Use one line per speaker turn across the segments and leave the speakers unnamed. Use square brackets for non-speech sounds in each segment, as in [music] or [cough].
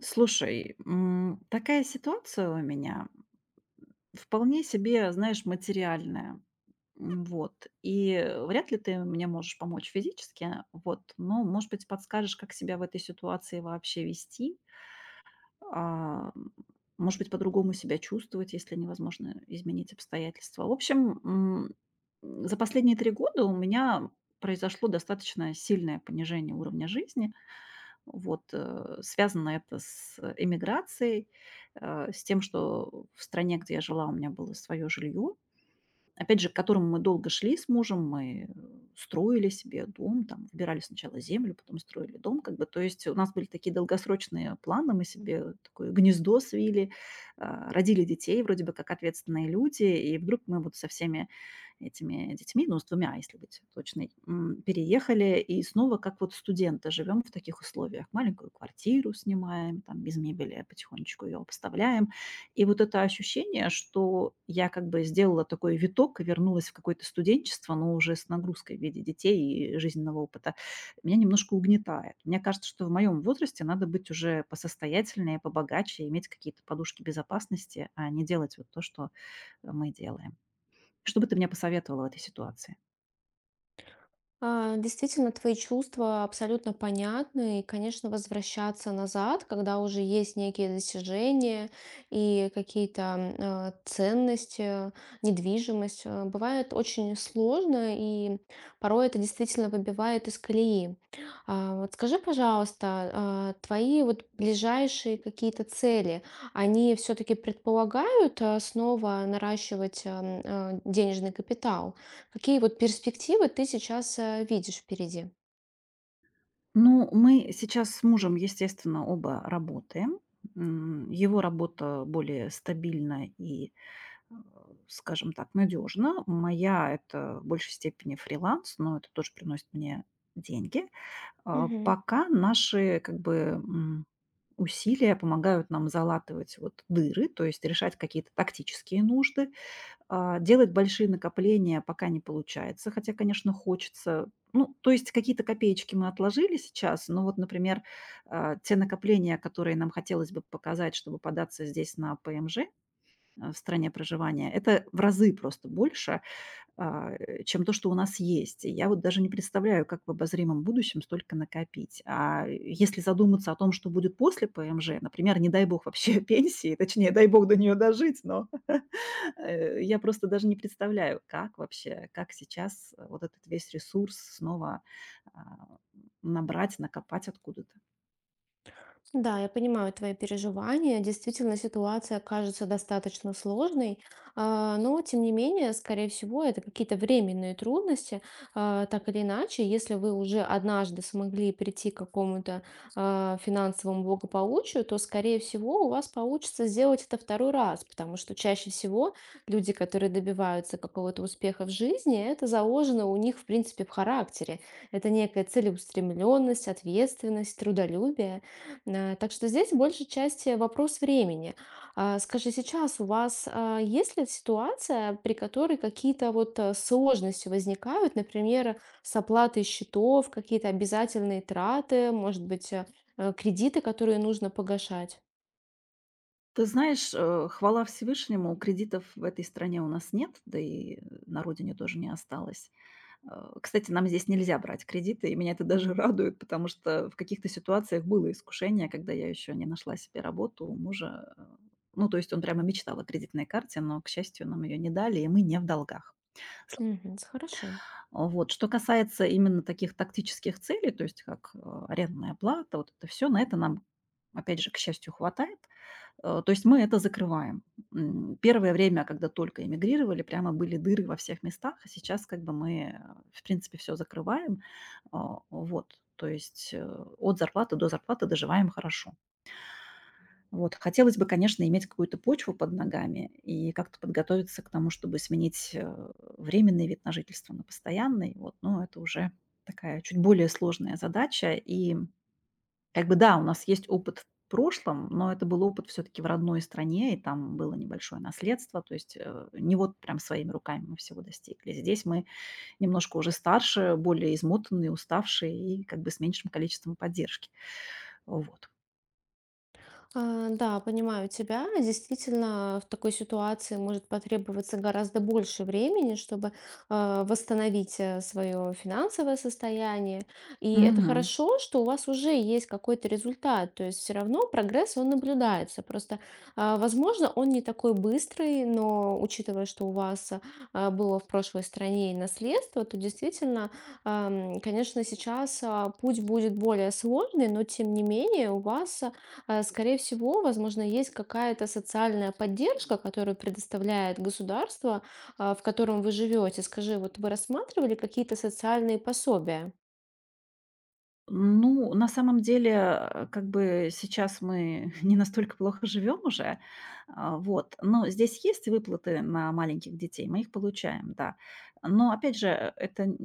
Слушай, такая ситуация у меня вполне себе, знаешь, материальная. Вряд ли ты мне можешь помочь физически. Вот. Но, может быть, подскажешь, как себя в этой ситуации вообще вести. А, м, Может быть, по-другому себя чувствовать, если невозможно изменить обстоятельства. В общем, за последние три года у меня произошло достаточно сильное понижение уровня жизни. Связано это с эмиграцией, с тем, что в стране, где я жила, у меня было свое жилье, опять же, к которому мы долго шли с мужем. Мы строили себе дом, там, выбирали сначала землю, потом строили дом, как бы, то есть у нас были такие долгосрочные планы, мы себе такое гнездо свили, родили детей вроде бы как ответственные люди, и вдруг мы вот со всеми этими детьми, ну, с двумя, если быть точной, переехали, и снова как вот студенты живем в таких условиях, маленькую квартиру снимаем, там, без мебели потихонечку ее обставляем, и вот это ощущение, что я как бы сделала такой виток и вернулась в какое-то студенчество, но уже с нагрузкой в виде детей и жизненного опыта, меня немножко угнетает. Мне кажется, что в моем возрасте надо быть уже посостоятельнее, побогаче, иметь какие-то подушки безопасности, а не делать вот то, что мы делаем. Что бы ты мне посоветовала в этой ситуации?
Действительно, твои чувства абсолютно понятны, и, конечно, возвращаться назад, когда уже есть некие достижения и какие-то ценности, недвижимость, бывает очень сложно, и порой это действительно выбивает из колеи. Вот скажи, пожалуйста, твои вот ближайшие какие-то цели, они все-таки предполагают снова наращивать денежный капитал? Какие вот перспективы ты сейчас видишь впереди?
Ну, мы сейчас с мужем, естественно, оба работаем. Его работа более стабильна и, э, скажем так, надежно. Моя — это в большей степени фриланс, но это тоже приносит мне деньги.
Мгм.
Пока наши, как бы, усилия помогают нам залатывать вот дыры, то есть решать какие-то тактические нужды. Делать большие накопления пока не получается, хотя, конечно, хочется. Ну, то есть какие-то копеечки мы отложили сейчас, но вот, например, те накопления, которые нам хотелось бы показать, чтобы податься здесь на ПМЖ в стране проживания. Это в разы просто больше, чем то, что у нас есть. И я вот даже не представляю, как в обозримом будущем столько накопить. Если задуматься о том, что будет после ПМЖ, например, не дай бог вообще [laughs] пенсии, точнее, дай бог до нее дожить, но [laughs] я просто даже не представляю, как вообще, как сейчас, вот этот весь ресурс снова а, набрать, накопать откуда-то.
Да, я понимаю твои переживания. Действительно, ситуация кажется достаточно сложной, но тем не менее, скорее всего, это какие-то временные трудности. Так или иначе, если вы уже однажды смогли прийти к какому-то финансовому благополучию, то, скорее всего, у вас получится сделать это второй раз, потому что чаще всего люди, которые добиваются какого-то успеха в жизни, это заложено у них, в принципе, в характере. Это некая целеустремленность, ответственность, трудолюбие. Так что здесь большей части вопрос времени. Скажи, сейчас у вас есть ли ситуация, при которой какие-то вот сложности возникают, например, с оплатой счетов, какие-то обязательные траты, может быть, кредиты, которые нужно погашать?
Ты знаешь, хвала Всевышнему, кредитов в этой стране у нас нет, да и на родине тоже не осталось. Кстати, нам здесь нельзя брать кредиты, и меня это даже [laughs] радует, потому что в каких-то ситуациях было искушение, когда я еще не нашла себе работу у мужа. Ну, то есть он прямо мечтал о кредитной карте, но, к счастью, нам ее не дали, и мы не в долгах.
Мгм. Хорошо.
Вот. Что касается именно таких тактических целей, то есть как, арендная плата, вот это все, на это нам, опять же, к счастью, хватает. То есть мы это закрываем. Первое время, когда только эмигрировали, прямо были дыры во всех местах, а сейчас как бы мы, в принципе, все закрываем. Вот, то есть, от зарплаты до зарплаты доживаем хорошо. Вот. Хотелось бы, конечно, иметь какую-то почву под ногами и как-то подготовиться к тому, чтобы сменить, временный вид на жительство на постоянный. Вот. Но это уже такая чуть более сложная задача. И как бы да, у нас есть опыт в прошлом, но это был опыт все-таки в родной стране, и там было небольшое наследство. То есть, не вот прям своими руками мы всего достигли. Здесь мы немножко уже старше, более измотанные, уставшие и как бы с меньшим количеством поддержки. Вот.
Да, понимаю тебя. Действительно, в такой ситуации может потребоваться гораздо больше времени, чтобы восстановить свое финансовое состояние. И это
Мгм.
хорошо, что у вас уже есть какой-то результат. То есть все равно прогресс, он наблюдается. Просто, возможно, он не такой быстрый, но учитывая, что у вас было в прошлой стране и наследство, то действительно, конечно, сейчас путь будет более сложный, но тем не менее у вас скорее всего, возможно, есть какая-то социальная поддержка, которую предоставляет государство, в котором вы живете. Скажи, вот вы рассматривали какие-то социальные пособия?
Ну, на самом деле, как бы сейчас мы [laughs] не настолько плохо живем уже, вот. Но здесь есть выплаты на маленьких детей, мы их получаем, да. Но опять же,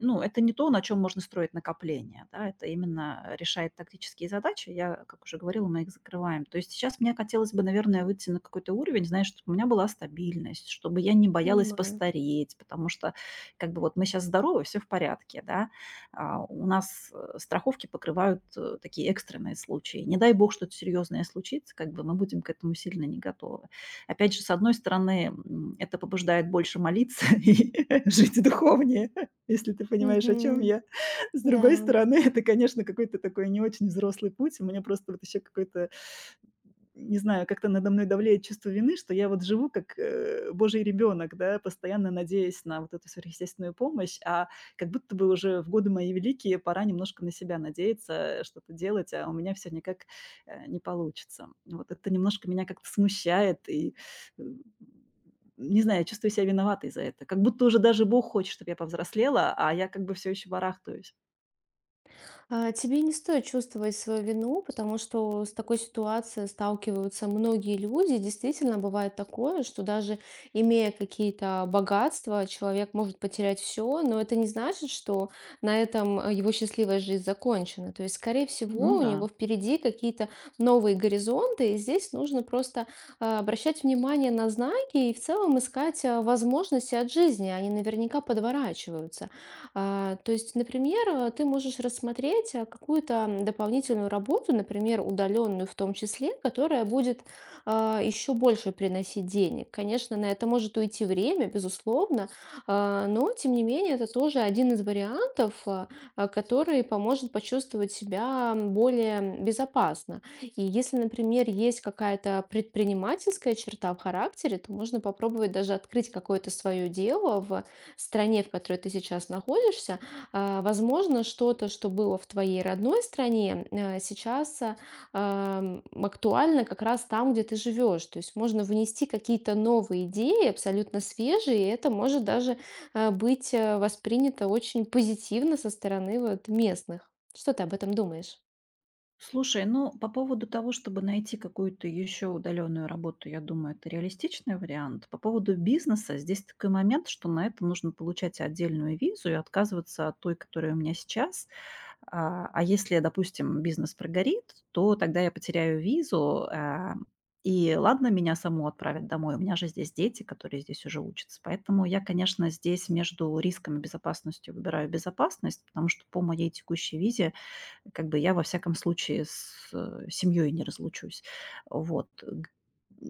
ну, это не то, на чем можно строить накопление, да, это именно решает тактические задачи. Я, как уже говорила, мы их закрываем. То есть сейчас мне хотелось бы, наверное, выйти на какой-то уровень, знаешь, чтобы у меня была стабильность, чтобы я не боялась
Понимаю.
постареть, потому что как бы вот мы сейчас здоровы, все в порядке, да, у нас, страховки покрывают, такие экстренные случаи. Не дай бог что-то серьезное случится, как бы мы будем к этому сильно не готовы. Опять же, с одной стороны, это побуждает больше молиться [laughs] и жить духовнее, [laughs] если ты понимаешь, о чем
Мгм.
я. С
Да.
другой стороны, [laughs] это, конечно, какой-то такой не очень взрослый путь. У меня просто вот еще какой-то, не знаю, как-то надо мной давлеет чувство вины, что я вот живу как, божий ребенок, да, постоянно надеясь на вот эту сверхъестественную помощь, а как будто бы уже в годы мои великие пора немножко на себя надеяться, что-то делать, а у меня все никак, не получится. Вот это немножко меня как-то смущает и, м, не знаю, я чувствую себя виноватой за это. Как будто уже даже Бог хочет, чтобы я повзрослела, а я как бы все еще барахтаюсь.
Тебе не стоит чувствовать свою вину, потому что с такой ситуацией сталкиваются многие люди. Действительно, бывает такое, что даже имея какие-то богатства, человек может потерять все, но это не значит, что на этом его счастливая жизнь закончена. То есть, скорее
Ну
всего, у
да.
него впереди какие-то новые горизонты, и здесь нужно просто обращать внимание на знаки и в целом искать возможности от жизни. Они наверняка подворачиваются. То есть, например, ты можешь рассмотреть какую-то дополнительную работу, например, удаленную в том числе, которая будет еще больше приносить денег. Конечно, на это может уйти время, безусловно, но, тем не менее, это тоже один из вариантов, который поможет почувствовать себя более безопасно. И если, например, есть какая-то предпринимательская черта в характере, то можно попробовать даже открыть какое-то свое дело в стране, в которой ты сейчас находишься, возможно, что-то, что было в твоей родной стране, сейчас актуально как раз там, где ты живешь. То есть можно внести какие-то новые идеи, абсолютно свежие, и это может даже быть воспринято очень позитивно со стороны вот местных. Что ты об этом думаешь?
Слушай, ну, по поводу того, чтобы найти какую-то еще удаленную работу, я думаю, это реалистичный вариант. По поводу бизнеса, здесь такой момент, что на это нужно получать отдельную визу и отказываться от той, которая у меня сейчас. А если, допустим, бизнес прогорит, то тогда я потеряю визу, и ладно, меня саму отправят домой. У меня же здесь дети, которые здесь уже учатся. Поэтому я, конечно, здесь между риском и безопасностью выбираю безопасность, потому что по моей текущей визе как бы я, во всяком случае, с, семьей не разлучусь. Вот. Г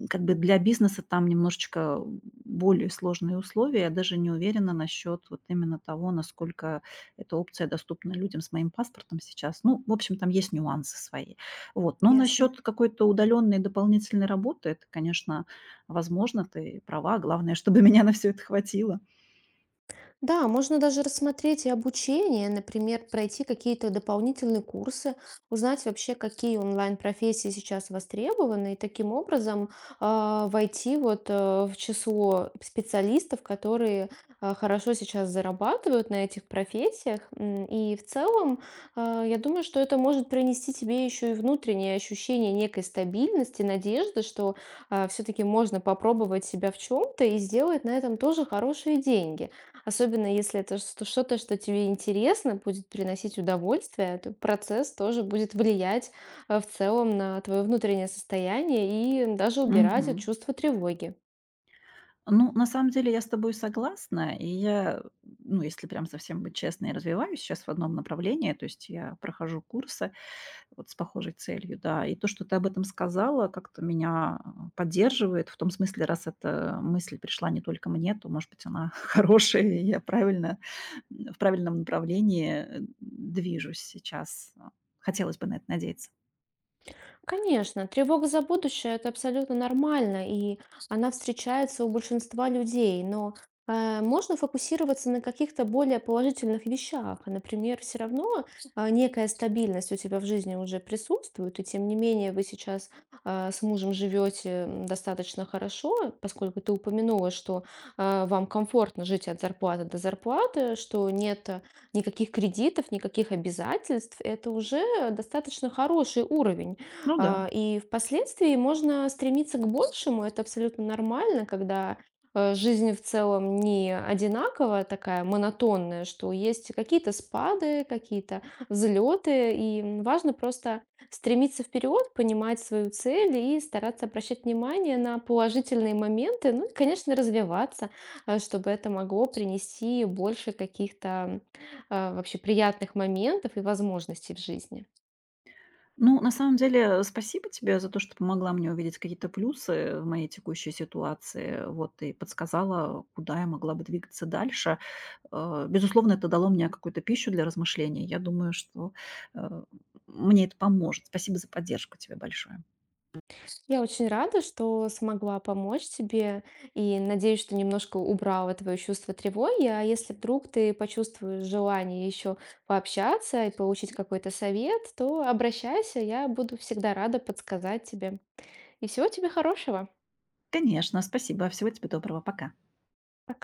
Как бы для бизнеса там немножечко более сложные условия. Я даже не уверена насчет вот именно того, насколько эта опция доступна людям с моим паспортом сейчас. Ну, в общем, там есть нюансы свои. Вот. Но
Ясно.
насчет какой-то удаленной дополнительной работы — это, конечно, возможно, ты права. Главное, [laughs] чтобы меня на все это хватило.
Да, можно даже рассмотреть и обучение, например, пройти какие-то дополнительные курсы, узнать вообще, какие онлайн-профессии сейчас востребованы, и таким образом войти в число специалистов, которые хорошо сейчас зарабатывают на этих профессиях. И в целом, я думаю, что это может принести тебе еще и внутреннее ощущение некой стабильности, надежды, что все-таки можно попробовать себя в чем-то и сделать на этом тоже хорошие деньги. Особенно если это что-то, что тебе интересно, будет приносить удовольствие, то процесс тоже будет влиять в целом на твое внутреннее состояние и даже убирать от
Мгм.
чувства тревоги.
Ну, на самом деле я с тобой согласна. И я, ну, если прям совсем быть честной, развиваюсь сейчас в одном направлении, то есть я прохожу курсы вот с похожей целью, да. И то, что ты об этом сказала, как-то меня поддерживает. В том смысле, раз эта мысль пришла не только мне, то, может быть, она [laughs] хорошая, и я правильно, в правильном направлении движусь сейчас. Хотелось бы на это надеяться.
Конечно, тревога за будущее это абсолютно нормально, и она встречается у большинства людей, но можно фокусироваться на каких-то более положительных вещах. Например, все равно некая стабильность у тебя в жизни уже присутствует, и тем не менее вы сейчас с мужем живете достаточно хорошо, поскольку ты упомянула, что вам комфортно жить от зарплаты до зарплаты, что нет никаких кредитов, никаких обязательств. Это уже достаточно хороший уровень.
Ну да.
И впоследствии можно стремиться к большему. Это абсолютно нормально, когда жизнь в целом не одинаковая, такая монотонная, что есть какие-то спады, какие-то взлеты, и важно просто стремиться вперед, понимать свою цель и стараться обращать внимание на положительные моменты, ну и, конечно, развиваться, чтобы это могло принести больше каких-то вообще приятных моментов и возможностей в жизни.
Ну, на самом деле, спасибо тебе за то, что помогла мне увидеть какие-то плюсы в моей текущей ситуации, вот, и подсказала, куда я могла бы двигаться дальше. Безусловно, это дало мне какую-то пищу для размышлений. Я думаю, что, э, мне это поможет. Спасибо за поддержку тебе большое.
Я очень рада, что смогла помочь тебе, и надеюсь, что немножко убрала твое чувство тревоги. А если вдруг ты почувствуешь желание еще пообщаться и получить какой-то совет, то обращайся, я буду всегда рада подсказать тебе. И всего тебе хорошего.
Конечно, спасибо. Всего тебе доброго. Пока.
Пока.